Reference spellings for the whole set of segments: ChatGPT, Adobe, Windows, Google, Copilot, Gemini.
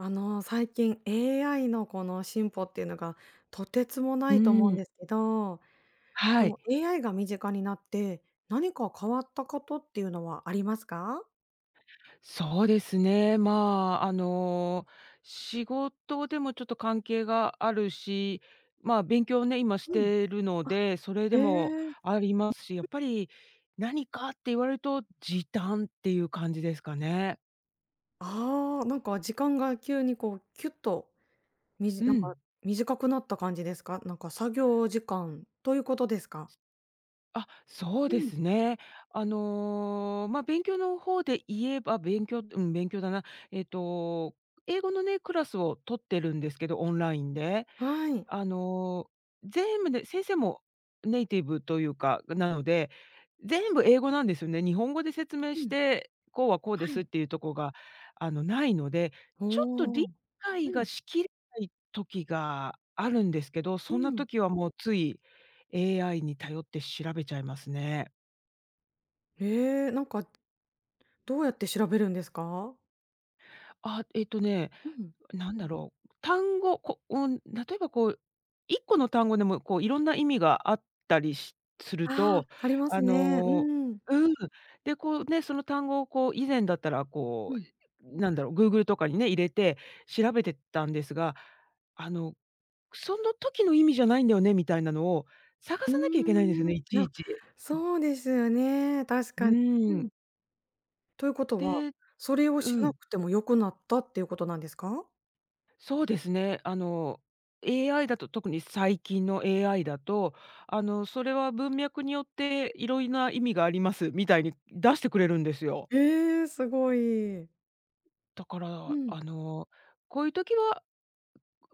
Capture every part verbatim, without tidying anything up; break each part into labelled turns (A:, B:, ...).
A: あの、最近 エーアイ のこの進歩っていうのがとてつもな
B: う
A: いと思うん
B: ーん。
A: ですけど、こ
B: は
A: の
B: い、
A: エーアイ が身近になって何か変わったことっていうのはありますか？
B: そうですね。まあ、あの、仕事でもちょっと関係があるし、まあ、勉強をね、今し
A: うん。
B: てるので、それ
A: え
B: でも
A: え、
B: ありますし、やっぱり何かって言われると、時短っていう感じですかね。
A: ああー、なんか時間が急にこうキュッとみじ
B: う
A: なんか
B: ん。
A: 短くなった感じですか？なんか作業時間ということですか？
B: あ、そう
A: う
B: で
A: ん。
B: すね。あの、まあ、勉強の方で言えば、勉強うん、勉強だな。えっと、英語のね、クラスを取ってるんですけど、オンラインで。
A: はい。
B: あの、全部で先生もネイティブというか、なので、全部英語なんですよね。日本語で説明
A: う
B: し
A: ん、
B: て、こうはこうで
A: は
B: す
A: い。
B: っていうとこが、あの、ないので、ちょっと
A: おお。
B: 理
A: う
B: 解が
A: ん、
B: しきれない時があるんですけど、
A: う
B: そんな
A: ん。
B: 時はもうつい エーアイ に頼って調べちゃいますね。
A: ええ、なんかどうやって調べるんですか？
B: あ、えっとね
A: うん。
B: なんだろう、単語、こうん、例えばこう、いっこの単語でもこういろんな意味があったりしする
A: ああ、
B: と、
A: ありま
B: あ
A: すね。う
B: の
A: ん。
B: うん、で、こうね、その単語をこう以前だったらこ
A: うん。
B: う、なんだろう、Google とかにね、入れて調べてたんですが、あの、その時の意味じゃないんだよねみたいなのを探
A: うー
B: さなきゃいけないんですよ
A: ん、
B: ね、いち
A: な
B: いち。
A: そうですよね、確
B: う
A: かに。う
B: ー
A: ん。
B: ん。
A: ということは、
B: で
A: それを
B: う
A: しな
B: ん。
A: くても良くなったっていうことなんですか？
B: そうですね。あの、エーアイ だと、特に最近の エーアイ だと、あの、それは文脈によっていろいろな意味がありますみたいに出してくれるんですよ。
A: ええ、すごい。
B: だか
A: う
B: ら、
A: ん、
B: あの、こういう時は、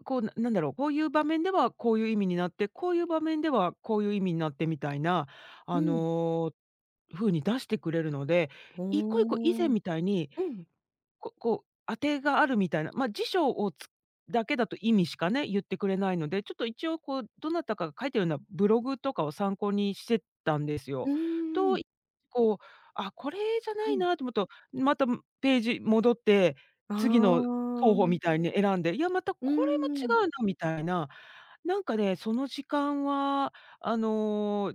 B: こう、ななんだろう、こういう場面ではこういう意味になって、こういう場面ではこういう意味になってみたいな、
A: う
B: あ
A: ん。
B: の、風に出してくれるので、一個一個以
A: お
B: 前
A: お。
B: みたいに
A: うん。
B: ここう、当てがあるみたいな、まあ、辞書をつだけだと意味しかね、言ってくれないので、ちょっと一応こう、どなたかが書いてるようなブログとかを参考にしてたんです
A: う
B: よ。
A: ー
B: と、
A: ん。
B: こう、あ、これじゃな
A: う
B: い
A: ん。
B: なと思うと、また、ページ戻って、
A: あ
B: 次の候補み
A: あ。
B: たいに選んで、いや、また
A: うー
B: これも
A: ん。
B: 違うなみたいな。なんかね、その時間は、あの、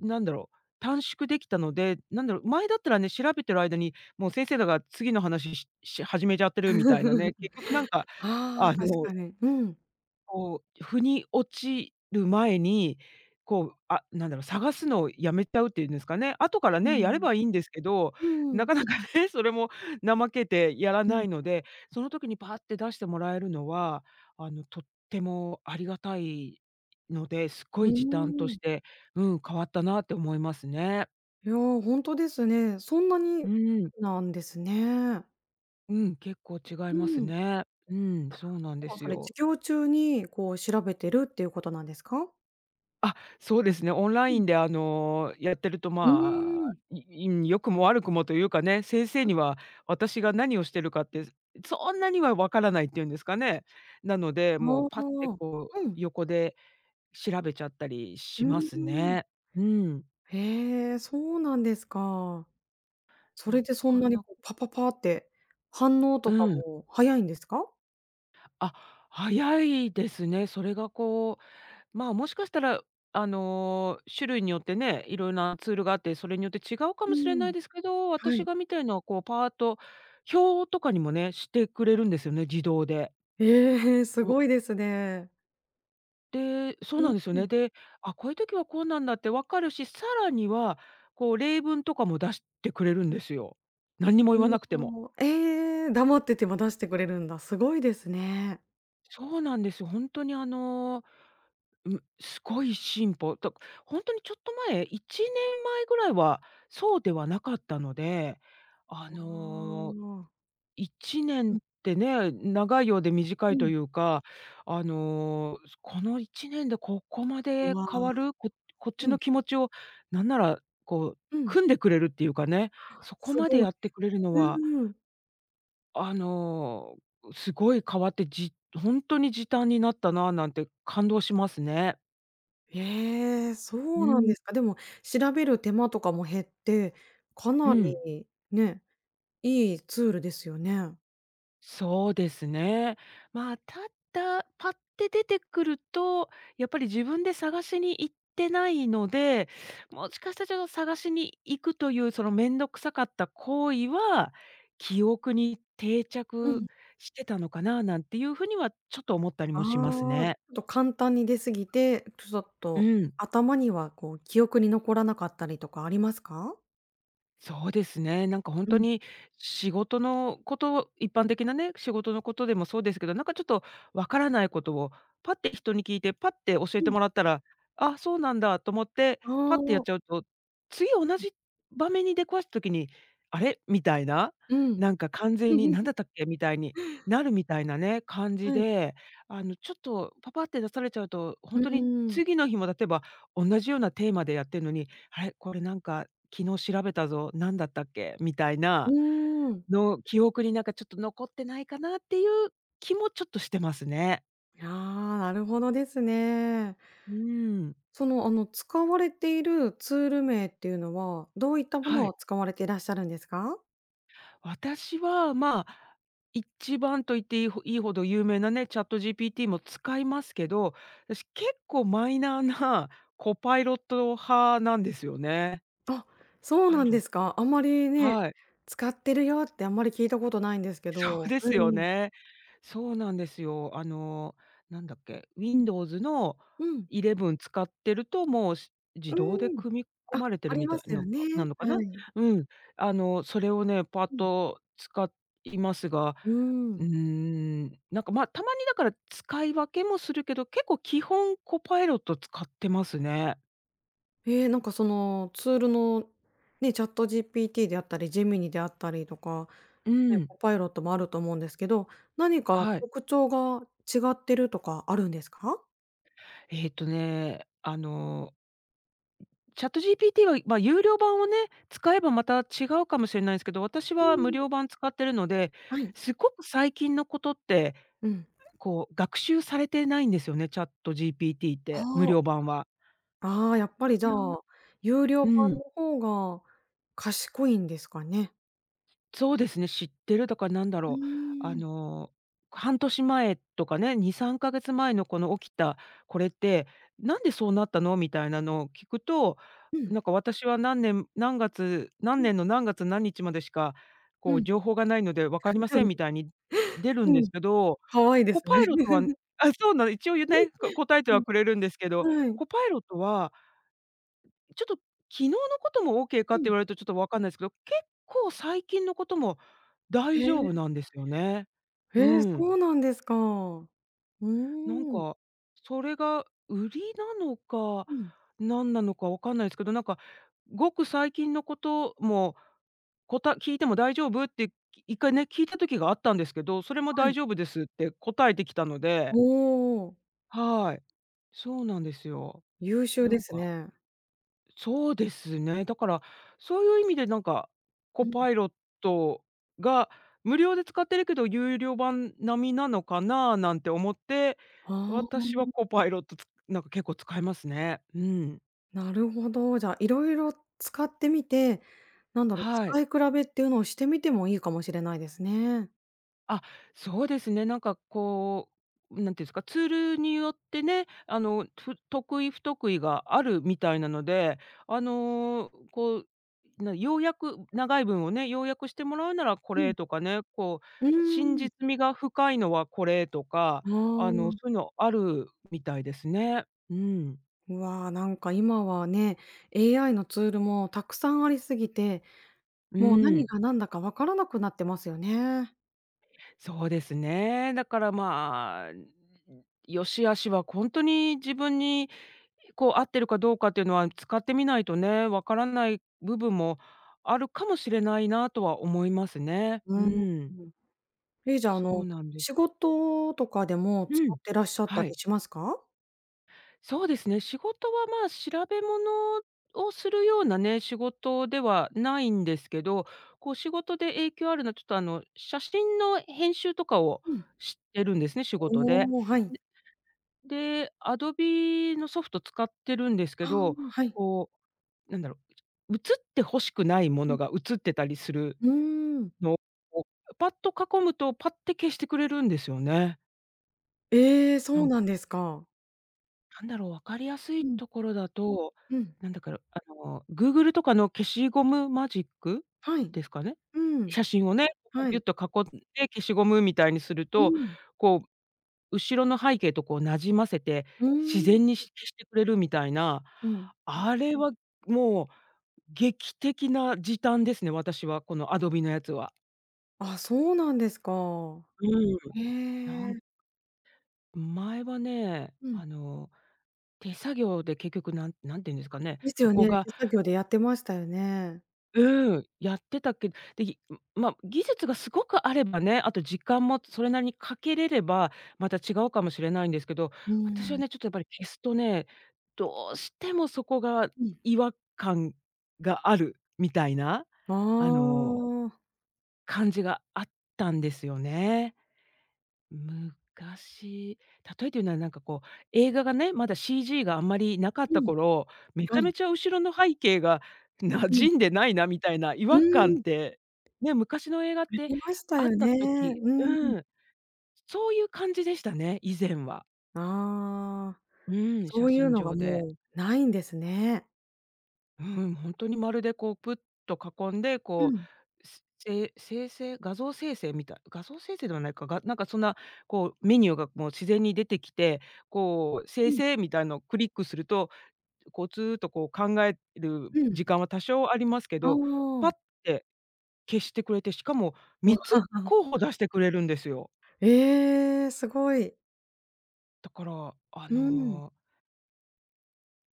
B: なんだろう、短縮できたので、なんだろう、前だったらね、調べてる間に、もう先生らが次の話しし始めちゃってるみたいなね、結局なん か、
A: ああ、
B: あ
A: 確
B: の
A: かに。うん。
B: こう、腑に落ちる前に、こう、あ、なんだろう、探すのをやめちゃうっていうんですかね。後から
A: う
B: ね、やれ
A: ん。
B: ばいいんですけど、
A: う
B: な
A: ん。
B: かなかね、それも怠けてやら
A: う
B: な
A: ん。
B: いので、その時にパッて出してもらえるのは、あの、とってもありがたいので、すご
A: う
B: い時短と
A: ん。ーん。
B: して、うん、変わったなって思いますね。
A: いや、ほんとですね。そんなに
B: うん。
A: なんですね。
B: うん、結構違い
A: う
B: ます
A: ん。
B: ね。うん、そうなんで
A: でも
B: す
A: それ、授
B: よ。
A: 業中にこう調べてるっていうことなんですか？
B: あ、そうですね。オンラ
A: う
B: イ
A: ん。
B: ンで、あの、やってると、
A: う
B: まあ、
A: ーん。
B: いいん良くも悪くもというかね、先生には私が何をしてるかって、そんなにはわからないっていうんですかね。なので、
A: あ
B: もうパッて
A: あ。
B: こう
A: うん。
B: 横で調べちゃったり
A: う
B: します
A: ー
B: ね。
A: ん。
B: うん。
A: へえ、そうなんですか。それ
B: な
A: でそん
B: か
A: なに
B: な
A: こうパパパって反応
B: う
A: とか
B: ん。
A: も早いんですか？
B: あ、早いですね。それがこうまあ、もしかしたら、あの、種類によってね、いろいろなツールがあって、それによって違うか
A: う
B: もしれな
A: ん、
B: いですけど、
A: はい。
B: 私が見てるのはこうパート表とかにもね、してくれるんですよね、自動で。
A: ええ、す
B: お、
A: ごいですね。
B: でそう
A: う
B: なんですよ
A: ん。
B: ね。で、あ、こういう時はこうなんだってわかるし、さらには、こう例文とかも出してくれるんですよ。何にも言わ
A: う
B: なくても。
A: お、ええ、黙ってても出してくれるんだ、すごいですね。
B: そうなんですよ。本当にあのーうん、すごい進歩、だほんとにちょっと前、いちねんまえぐらいはそうではなかったので、あ
A: あ
B: の、
A: あ。
B: 1
A: う
B: 年っ
A: ん。
B: てね、長いようで短
A: う
B: いと
A: ん。
B: いうか、あの、このいちねんでここま
A: う
B: で
A: わ。
B: 変わる、ここっち
A: うん。
B: の気持ちをなんなら、こう、
A: うん。
B: 汲んでくれるっていうかね、そこ
A: す
B: まで
A: ごい。
B: やってくれるのは、
A: うんうん。
B: あの、すごい変わって、じほんとに時短になったななんて感動しますね。
A: ええ、そ
B: う
A: うなんで
B: ん、
A: すか。でも調べる手間とかも減って、かな
B: うん。
A: りね、いいツールですよね。
B: そうですね。まあ、ただ、パッて出てくると、やっぱり自分で探しに行ってないので、もしかしたらちょっと探しに行くという、その面倒くさかった行為は、記憶に定
A: う
B: 着
A: ん。
B: してたのかななんていうふうにはちょっと思ったり
A: あ
B: もします
A: あ、ち
B: ね。
A: ょっと簡単に出過ぎて、ちょっ
B: う
A: と
B: ん。
A: 頭にはこう記憶に残らなかったりとかありますか？
B: そうですね。なんか本
A: う
B: 当
A: ん、
B: に仕事のこと一般的なね、仕事のことでもそうですけど、なんかちょっとわからないことをパッて人に聞いて、パッて教え
A: う
B: て
A: ん。
B: もらったら、あ、そうなんだと思って、
A: ああ、
B: パッてや
A: う
B: っ
A: ん。
B: ちゃうと、次同じ場面に出くわした時に、あれ？みたいな、
A: うん
B: なんか完全に何 だったっけみたいになるみたいなね、感じ
A: はい。
B: で、あのちょっとパパって出されちゃうと、
A: う
B: 本当に
A: ーん、
B: 次の日も例えば同じようなテーマでやってるのに、あれ？これなんか昨日調べたぞ、何だったっけみたい
A: う
B: な
A: ーん。
B: の、記憶になんかちょっと残ってないかなっていう気もちょっとしてますね。
A: ああ、なるほどですね。
B: うーん。
A: その、あの、使われているツール名っていうのは、どういったもの
B: は
A: を
B: い。
A: 使われていらっしゃるんですか？
B: 私は、まあ、一番と言っていいほいいほど有名なね、ChatGPT も使いますけど、私結構マイナーなコパイロット派なんですよね。
A: あ、
B: コ
A: そう
B: パ
A: な
B: イ
A: ん
B: ロ
A: ですか。あんまりね、
B: はい。
A: 使ってるよってあんまり聞いたことないんですけ
B: そう
A: ど。
B: で
A: う
B: すよ
A: んうん。
B: ね。そうなんですよ。あの、なんだっけ、Windows の
A: うん。
B: いレブン使ってると、もう、し自
A: う
B: 動で
A: ん。
B: 組み込
A: あ、
B: まれて
A: あ
B: る
A: り
B: みた
A: ま
B: い
A: すよ
B: の
A: ね。
B: なのかな。
A: はい。
B: うん。あの、それをね、パッ
A: うん。
B: と使いますが、
A: うーん。
B: うーん、なんか、ま、たまにだから使い分けもするけど、結構基本コパイロット使ってますね。
A: ええ、なんかそのツールのね、ChatGPT であったり、Gemini であったりとか、
B: う
A: ね、
B: ん。
A: Copilot もあると思うんですけど、何か
B: はい。
A: 特徴が違ってるとかあるんですか？
B: えっとね、あのチャット g p t は、まあ、有料版をね、使えばまた違うかもしれないんですけど、私
A: う
B: は無
A: ん。
B: 料版使ってるので、
A: はい。
B: すごく最近のことって、
A: うん。
B: こう学習されてないんですよね、チャット g p t って、無
A: あ
B: 料版は。
A: あ、ああ、やっぱりじゃ
B: なん
A: あ、有料
B: う
A: 版
B: ん。
A: の方が賢いんですかね？
B: そうですね、知ってるとかなんだ
A: う
B: ろう、あ
A: ーん。
B: の、半年前とかね、に、さんかげつまえのこの起きたこれって、なんでそうなったのみたいなのを聞くと、
A: うん。
B: なんか私は何年何月、
A: う
B: 何
A: ん
B: 年の何月何日までしか、
A: う
B: こう
A: ん。
B: 情報がないので分かりませんみ たいに出る
A: う
B: んで
A: ん。
B: すけど、
A: 可愛いで
B: コ
A: すね。
B: パイロット
A: う
B: は
A: ん。
B: あ、そうなの、一応ね、こ 答えてはくれるんですけど、
A: はい。
B: コパイロットはちょっと、昨日のこともオーケーかっ
A: う
B: て
A: ん。
B: 言われるとちょっとわかんないですけど、結構最近のことも
A: へ
B: 大丈
A: え。
B: 夫なんですよね。
A: へ
B: う
A: え、そ
B: ん。
A: うなんですか。う
B: なん
A: ーん。
B: か、それが売りなのか、
A: うん。
B: 何なのかわかんないですけど、なんか、ごく最近のことも、こた聞いても大丈夫って、一回ね、聞いた時があったんですけど、それも
A: は
B: 大
A: い。
B: 丈夫ですって答えてきたので、
A: おお、
B: はい。そうなんですよ。
A: 優秀
B: な
A: で
B: ん
A: す
B: か
A: ね。
B: そうですね。だから、そういう意味でなんか、
A: う
B: コ
A: ん。
B: パイロットが無料で使ってるけど、有料版並みなのかななんて思って、
A: あ
B: 私は
A: あ、
B: コパイロットつなんか結構使いますね。うん。
A: なるほど。じゃあ、色々使ってみて、なんだろう、
B: はい。
A: 使い比べっていうのをしてみてもいいかもしれないですね。
B: あ、そうですね。なんかこう、なんていうんですか、ツールによってね、あの、ふ得意不得意があるみたいなので、あの、こう、な要約長い文をね、要約してもらうならこ
A: うん。
B: れとかね、こう、
A: うー
B: 真
A: ん。
B: 実味が深いのはこれとか、
A: あ
B: あの、そう
A: あ。
B: いうのあるみたいですね。うん。
A: うわあ、なんか今はね、エーアイ のツールもたくさんありすぎて、
B: う
A: もう何
B: ん。
A: が何だか分からなくなってますよね。
B: そうですね。だからまあ、良し悪しは本当に自分にこう合ってるかどうかっていうのは、使ってみないとね、わからない部分もあるかもしれないなとは思いますね。
A: う
B: う
A: ーん。
B: ん、
A: え、じゃあ、あ
B: そう
A: の、
B: なんです。
A: 仕事とかでも使
B: うん。
A: ってらっしゃった
B: は
A: り
B: い。
A: しますか？
B: そうですね、仕事は、まあ、調べ物をするようなね、仕事ではないんですけど、こう仕事で影響あるのは、ちょっとあの、写真の編集とかを
A: うん。
B: してるんですね、仕事で。
A: おお、はい。
B: でで、Adobe のソフト使ってるんですけ
A: ああ、
B: ど、
A: はい。
B: こうなんだろう、映って欲しくないも
A: う
B: の
A: ん。
B: が映ってたりする
A: うーん。
B: のを、パッと囲むと、パッて消してくれるんですよね。
A: ええ、
B: な
A: そう
B: ん
A: な
B: か、
A: んですか。
B: なんだろう、分かりやすい
A: うん、
B: ところだと、
A: うん。
B: なんだから、あの、Google とかの消しゴムマジック
A: はい。
B: ですかね。
A: うん。
B: 写真をね、こう
A: は
B: ギュ
A: い。
B: ッと囲んで消しゴムみたいにする
A: う
B: と、
A: ん。
B: こう、後ろの背景とこう馴染ませて、
A: うー
B: 自
A: ん。
B: 然にし消してくれるみたいな、
A: うん。
B: あれはもう劇的な時短ですね、私は、このアドビのやつは。
A: あ、そうなんですか。
B: うん。
A: へ
B: なん
A: え。
B: 前はね、
A: うん。
B: あの、手作業で結局なんなんて言うんですかね、
A: です
B: そ
A: よ
B: こ
A: ね、
B: が
A: 手作業でやってましたよね。
B: うん、やってたけで、ぎま、技術がすごくあればね、あと時間もそれなりにかけれれば、また違うかもしれないんですけど、
A: うー
B: 私は
A: ん、
B: ね、ちょっとやっぱり消すとね、どうしてもそこが
A: うん。
B: 違和感があるみたいな、あ
A: あ
B: の、
A: あ。
B: 感じがあったんですよね。昔、例えて言うならなんかこう、映画がね、まだ シージー があんまりなかっ
A: う
B: た
A: ん、
B: 頃、めち
A: は
B: ゃ
A: い、
B: めちゃ後ろの背景が 馴
A: うん。
B: 染んでないなみたいな違
A: う
B: 和感っ
A: ーん、
B: て、ね、昔の映画っ
A: あ
B: て
A: りました
B: あっ
A: よね。
B: た時
A: うん。
B: うん、そういう感じでしたね、以前は。
A: ああ、
B: うん、
A: そ
B: 写
A: ういう
B: 真
A: のが
B: 上で。
A: もうないんですね。
B: うん、本当にまるでこう、プッと囲んで、
A: う
B: こ
A: ん、
B: う、すせ生成画像生成みたい画像生成ではないか、がなんかそんな、こうメニューがもう自然に出てきて、こう
A: う
B: 「生
A: ん、
B: 成」みたいのをクリックすると、こうずっとこう考える
A: うん。
B: 時間は多少ありますけ
A: あ
B: ど、パ
A: あ、
B: ッて消してくれて、しかも3
A: わ、
B: つ 候補出してくれるんですよ。
A: ええ、すごい。
B: だから、あ
A: うん。
B: の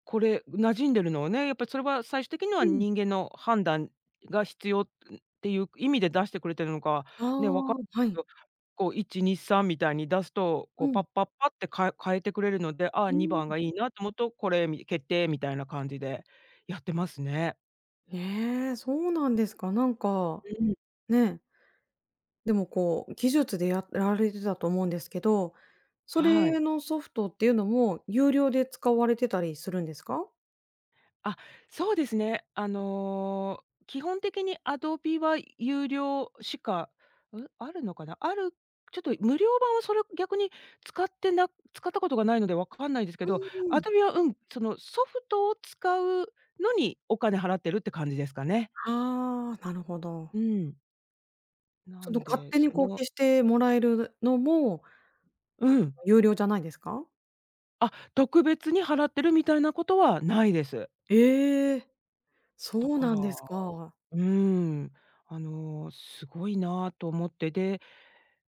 B: これ、馴染んでるのはね、やっぱりそれは最終的には
A: うん。
B: 人間の判断が必要っていう意味で出してくれてるのか、
A: あ
B: ね、わか
A: あ、
B: る
A: は
B: け
A: い。
B: ど、こういち、に、さんみたいに出すと、
A: う
B: こうパ
A: ん、
B: ッパッパってかえ変えてくれるので、ああ、
A: うー
B: にばん
A: ん。
B: がいいなと思うと、これみ決定みたいな感じでやってますね。
A: ええ、そうなんですか。なんか、
B: うん。
A: ね。でもこう、技術でやられてたと思うんですけど、そ
B: は
A: れ
B: い。
A: のソフトっていうのも有料で使われてたりするんですか？
B: あ、そうですね。あの、基本的に Adobe は有料しか、うあるのかな？あるちょっと無料版をそれ逆に使ってな使ったことがないのでわかんないですけ
A: う
B: ど、
A: んうん。
B: Adobe は、うん、そのソフトを使うのにお金払ってるって感じですかね。
A: ああ、なるほど。
B: うん。な
A: その
B: ん
A: 勝
B: で、
A: 手に
B: そ
A: こう
B: の
A: 消してもらえるのも
B: うん。
A: 有料じゃないですか？
B: あ、特別に払ってるみたいなことはないです。
A: ええ、
B: だ
A: そう
B: か
A: な
B: ら、
A: んですか。あ
B: うん、あの、すごいなぁと思って、で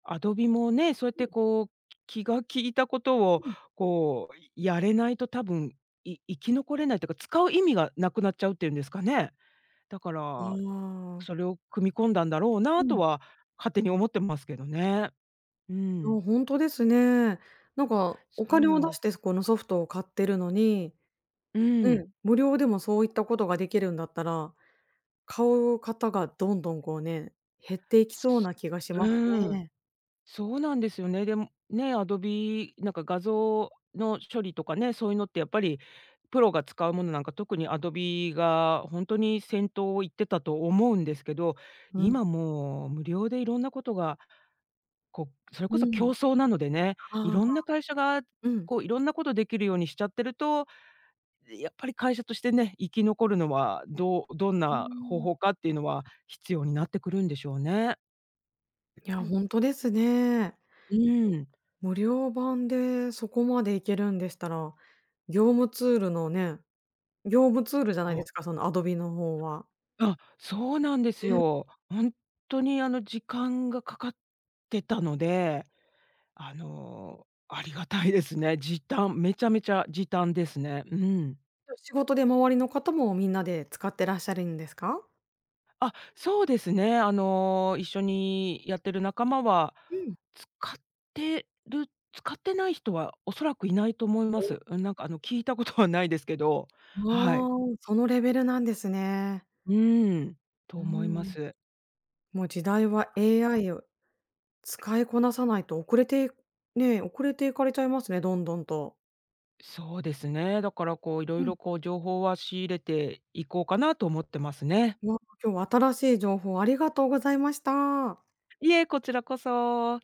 B: アドビもね、そうやってこう、気が利いたことをこう、やれないと多分、い生き残れないというか、使う意味がなくなっちゃうっていうんですかね。だから、
A: あ。
B: それを組み込んだんだろう
A: う
B: なと
A: ん。
B: は勝手に思ってますけどね。う
A: い
B: ん。
A: や、ほんとですね。なんかお
B: そう
A: 金を
B: なん
A: 出
B: で
A: し
B: す。
A: てそこのソフトを買ってるのに、
B: うん。
A: ね、無料でもそういったことができるんだったら買う方がどんどんこうね、減っていき
B: す
A: そうな気がします
B: うん
A: ね。
B: そうなんですよね。でも、ね、アドビなんか画像の処理とかね、そういうのってやっぱりプロが使うものなんか、特にアドビが本当に先頭を行ってたと思うんですけど、
A: うん、
B: 今もう無料でいろんなことが、こう、それ
A: う
B: こそ競
A: ん。
B: 争なのでね、
A: あ
B: い
A: あ、
B: ろんな会社が
A: うん。
B: こういろんなことできるようにしちゃってると、やっぱり会社としてね、生き残るのはどうどん
A: うー
B: な方
A: ん。
B: 法かっていうのは必要になってくるんでしょうね。
A: いや、ほんとですね。
B: うん。
A: 無料版でそこまでいけるんでしたら、業務ツールのね業務ツールじゃないですか、その Adobe の方は。
B: あ、そうなんですよ。本当にあの時間がかかってたので、あの、ありがたいですね。時短、めちゃめちゃ時短ですね。うん。
A: 仕事で周りの方もみんなで使ってらっしゃるんですか？
B: あ、そうですね。あの、一緒にやってる仲間は、
A: うん。
B: 使ってる使ってない人はおそらくいないと思います。うん、なんかあの聞いたことはないですけど、
A: あ
B: はい。
A: あ、そのレベルなんですね。
B: うん、と
A: うー
B: 思いま
A: ん。
B: す。
A: もう時代は エーアイ を使いこなさないと遅れてね、遅れていかれちゃいますね、どんどんと。
B: そうですね。だからこう、いろ
A: う
B: い
A: ん。
B: ろこう情報は仕入れていこうかなと思ってますね。
A: わあ、今日は新しい情報ありがとうございました。
B: いえ、こちらこそ。